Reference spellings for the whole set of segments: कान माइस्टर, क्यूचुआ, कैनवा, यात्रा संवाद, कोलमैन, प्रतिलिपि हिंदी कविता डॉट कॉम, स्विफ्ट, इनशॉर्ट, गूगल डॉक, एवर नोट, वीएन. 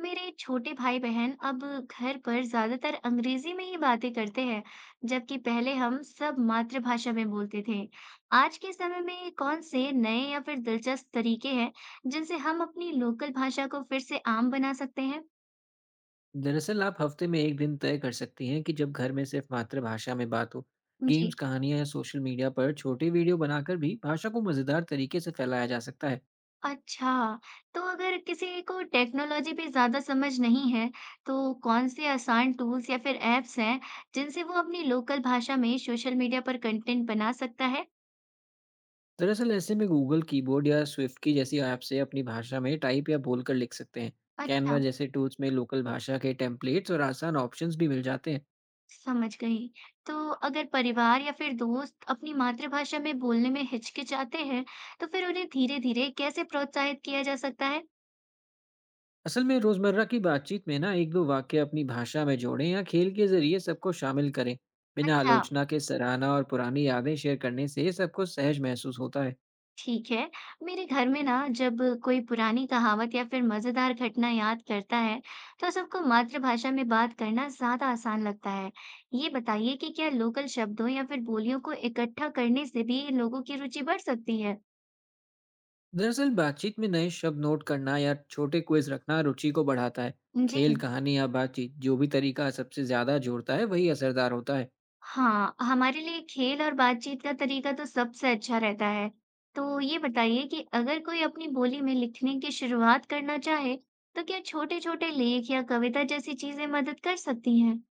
मेरे छोटे भाई बहन अब घर पर ज्यादातर अंग्रेजी में ही बातें करते हैं, जबकि पहले हम सब मातृभाषा में बोलते थे। आज के समय में कौन से नए या फिर दिलचस्प तरीके हैं जिनसे हम अपनी लोकल भाषा को फिर से आम बना सकते हैं? दरअसल आप हफ्ते में एक दिन तय कर सकती हैं कि जब घर में सिर्फ मातृभाषा में बात हो। गेम्स जी। कहानियां या सोशल मीडिया पर छोटे वीडियो बनाकर भी भाषा को मज़ेदार तरीके से फैलाया जा सकता है। अच्छा, तो अगर किसी को टेक्नोलॉजी पे ज्यादा समझ नहीं है, तो कौन से आसान टूल्स या फिर एप्स हैं जिनसे वो अपनी लोकल भाषा में सोशल मीडिया पर कंटेंट बना सकता है? दरअसल ऐसे में गूगल कीबोर्ड या स्विफ्ट की जैसी ऐप से अपनी भाषा में टाइप या बोलकर लिख सकते हैं। अच्छा। कैनवा जैसे टूल्स में लोकल भाषा के टेम्पलेट्स और आसान ऑप्शंस भी मिल जाते हैं। समझ गई। तो अगर परिवार या फिर दोस्त अपनी मातृभाषा में बोलने में हिचकिचाते हैं, तो फिर उन्हें धीरे-धीरे कैसे प्रोत्साहित किया जा सकता है? असल में रोज़मर्रा की बातचीत में ना एक दो वाक्य अपनी भाषा में जोड़ें या खेल के जरिए सबको शामिल करें। बिना अच्छा, आलोचना के सराहना और पुरानी यादें शेयर करने से सबको सहज महसूस होता है। ठीक है। मेरे घर में ना जब कोई पुरानी कहावत या फिर मजेदार घटना याद करता है, तो सबको मातृभाषा में बात करना ज्यादा आसान लगता है। ये बताइए कि क्या लोकल शब्दों या फिर बोलियों को इकट्ठा करने से भी लोगों की रुचि बढ़ सकती है? दरअसल बातचीत में नए शब्द नोट करना या छोटे क्विज रखना रुचि को बढ़ाता है। जी। खेल कहानी या बातचीत जो भी तरीका सबसे ज्यादा जोड़ता है वही असरदार होता है। हाँ, हमारे लिए खेल और बातचीत का तरीका तो सबसे अच्छा रहता है। तो ये बताइए कि अगर कोई अपनी बोली में लिखने की शुरुआत करना चाहे, तो क्या छोटे-छोटे लेख या कविता जैसी चीजें मदद कर सकती हैं?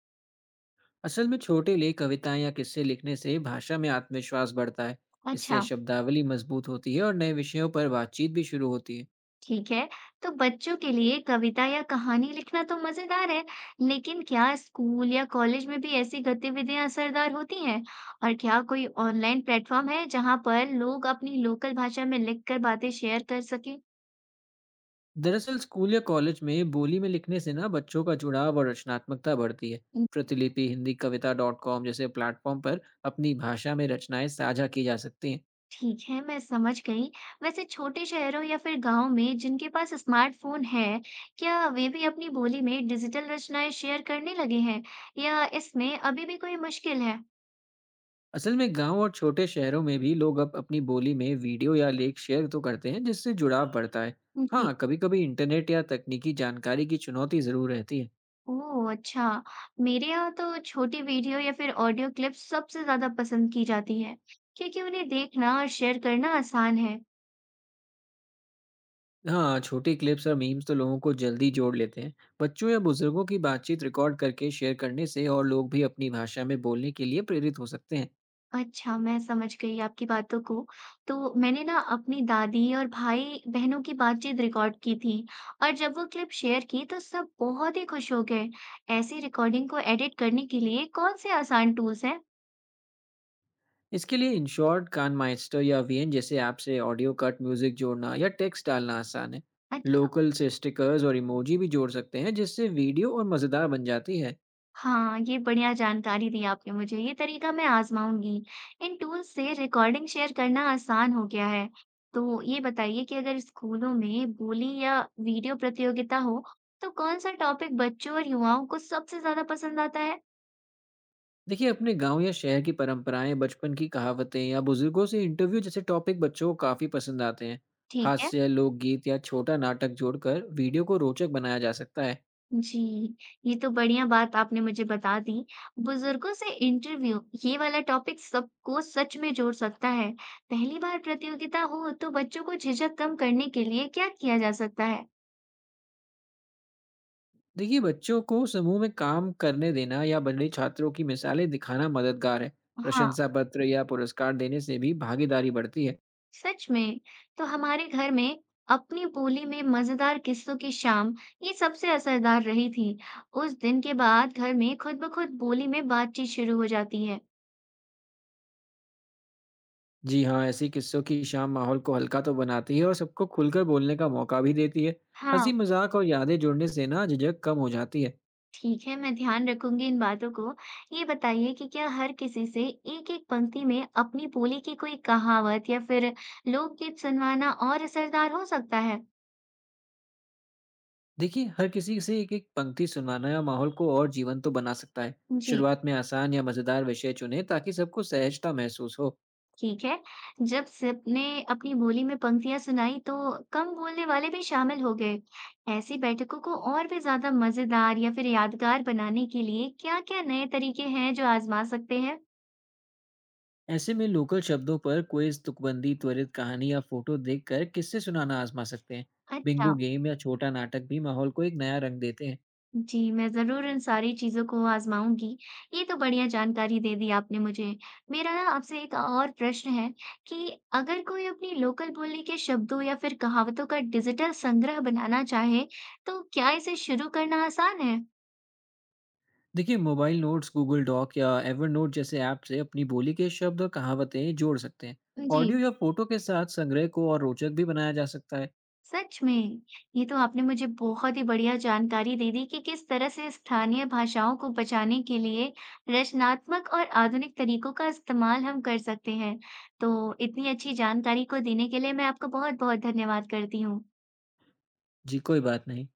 असल में छोटे लेख कविताएं या किस्से लिखने से भाषा में आत्मविश्वास बढ़ता है। इससे अच्छा, शब्दावली मजबूत होती है और नए विषयों पर बातचीत भी शुरू होती है। ठीक है। तो बच्चों के लिए कविता या कहानी लिखना तो मजेदार है, लेकिन क्या स्कूल या कॉलेज में भी ऐसी गतिविधियां असरदार होती हैं? और क्या कोई ऑनलाइन प्लेटफॉर्म है जहाँ पर लोग अपनी लोकल भाषा में लिखकर बातें शेयर कर सकें? दरअसल स्कूल या कॉलेज में बोली में लिखने से ना बच्चों का जुड़ाव और रचनात्मकता बढ़ती है। प्रतिलिपि हिंदी कविता डॉट कॉम जैसे प्लेटफॉर्म पर अपनी भाषा में रचनाएं साझा की जा सकती हैं। ठीक है, मैं समझ गई। वैसे छोटे शहरों या फिर गाँव में जिनके पास स्मार्टफ़ोन है, क्या वे भी अपनी बोली में डिजिटल रचनाएँ शेयर करने लगे हैं या इसमें अभी भी कोई मुश्किल है? असल में गांव और छोटे शहरों में भी लोग अब अपनी बोली में वीडियो या लेख शेयर तो करते हैं जिससे जुड़ाव बढ़ता है। जी। हाँ कभी कभी इंटरनेट या तकनीकी जानकारी की चुनौती जरूर रहती है। ओह! अच्छा। मेरे यहाँ तो छोटी वीडियो या फिर ऑडियो क्लिप्स सबसे ज़्यादा पसंद की जाती है, क्योंकि उन्हें देखना और शेयर करना आसान है। हाँ छोटी क्लिप्स और मीम्स तो लोगों को जल्दी जोड़ लेते हैं। बच्चों या बुजुर्गों की बातचीत रिकॉर्ड करके शेयर करने से और लोग भी अपनी भाषा में बोलने के लिए प्रेरित हो सकते हैं। अच्छा, मैं समझ गई आपकी बातों को। तो मैंने ना अपनी दादी और भाई-बहनों की बातचीत रिकॉर्ड की थी और जब वो क्लिप शेयर की तो सब बहुत ही खुश हो गए। ऐसी रिकॉर्डिंग को एडिट करने के लिए कौन से आसान टूल्स हैं? इसके लिए इनशॉर्ट कान माइस्टर या वीएन जैसे ऐप से ऑडियो कट म्यूजिक जोड़ना या टेक्स्ट डालना आसान है। अच्छा। लोकल से स्टिकर्स और इमोजी भी जोड़ सकते हैं जिससे वीडियो और मज़ेदार बन जाती है। हाँ, ये बढ़िया जानकारी दी आपने मुझे। ये तरीका मैं आज़माऊँगी। इन टूल्स से रिकॉर्डिंग शेयर करना आसान हो गया है। तो ये बताइए कि अगर स्कूलों में बोली या वीडियो प्रतियोगिता हो, तो कौन-सा टॉपिक बच्चों और युवाओं को सबसे ज़्यादा पसंद आता है? देखिए अपने गांव या शहर की परंपराएं बचपन की कहावतें या बुजुर्गों से इंटरव्यू जैसे टॉपिक बच्चों को काफी पसंद आते हैं। ठीक है। हास्य लोकगीत या छोटा नाटक जोड़कर वीडियो को रोचक बनाया जा सकता है। जी, ये तो बढ़िया बात आपने मुझे बता दी। बुजुर्गों से इंटरव्यू, ये वाला टॉपिक सबको सच में जोड़ सकता है। पहली बार प्रतियोगिता हो, तो बच्चों को झिझक कम करने के लिए क्या किया जा सकता है? देखिए बच्चों को समूह में काम करने देना या बड़े छात्रों की मिसालें दिखाना मददगार है। हाँ। प्रशंसा पत्र या पुरस्कार देने से भी भागीदारी बढ़ती है। सच में। तो हमारे घर में अपनी बोली में मजेदार किस्सों की शाम, ये सबसे असरदार रही थी। उस दिन के बाद घर में खुद ब खुद बोली में बातचीत शुरू हो जाती है। जी हाँ ऐसे किस्सों की शाम माहौल को हल्का तो बनाती है और सबको खुलकर बोलने का मौका भी देती है। हंसी हाँ। मजाक और यादें जोड़ने से ना झिझक कम हो जाती है। ठीक है, मैं ध्यान रखूंगी इन बातों को। ये बताइए कि क्या हर किसी से एक एक पंक्ति में अपनी बोली की कोई कहावत या फिर लोकगीत सुनवाना और असरदार हो सकता है? देखिए हर किसी से एक एक पंक्ति सुनवाना या माहौल को और जीवंत तो बना सकता है। जी। शुरुआत में आसान या मजेदार विषय चुने ताकि सबको सहजता महसूस हो। ठीक है। जब सिप ने अपनी बोली में पंक्तियाँ सुनाई तो कम बोलने वाले भी शामिल हो गए। ऐसी बैठकों को और भी ज़्यादा मज़ेदार या फिर यादगार बनाने के लिए क्या-क्या नए तरीके हैं जो आज़मा सकते हैं? ऐसे में लोकल शब्दों पर क्विज तुकबंदी त्वरित कहानी या फोटो देखकर किससे सुनाना आजमा सकते हैं। अच्छा। बिंगो गेम या छोटा नाटक भी माहौल को एक नया रंग देते हैं। जी, मैं ज़रूर इन सारी चीज़ों को आज़माऊँगी। ये तो बढ़िया जानकारी दे दी आपने मुझे। मेरा ना आपसे एक और प्रश्न है कि अगर कोई अपनी लोकल बोली के शब्दों या फिर कहावतों का डिजिटल संग्रह बनाना चाहे, तो क्या इसे शुरू करना आसान है? देखिए मोबाइल नोट्स गूगल डॉक या एवर नोट जैसे ऐप से अपनी बोली के शब्द और कहावतें जोड़ सकते हैं। ऑडियो जी। या फोटो के साथ संग्रह को और रोचक भी बनाया जा सकता है। सच में! ये तो आपने मुझे बहुत ही बढ़िया जानकारी दे दी कि किस तरह से स्थानीय भाषाओं को बचाने के लिए रचनात्मक और आधुनिक तरीकों का इस्तेमाल हम कर सकते हैं। तो इतनी अच्छी जानकारी को देने के लिए मैं आपका बहुत-बहुत धन्यवाद करती हूँ। जी कोई बात नहीं।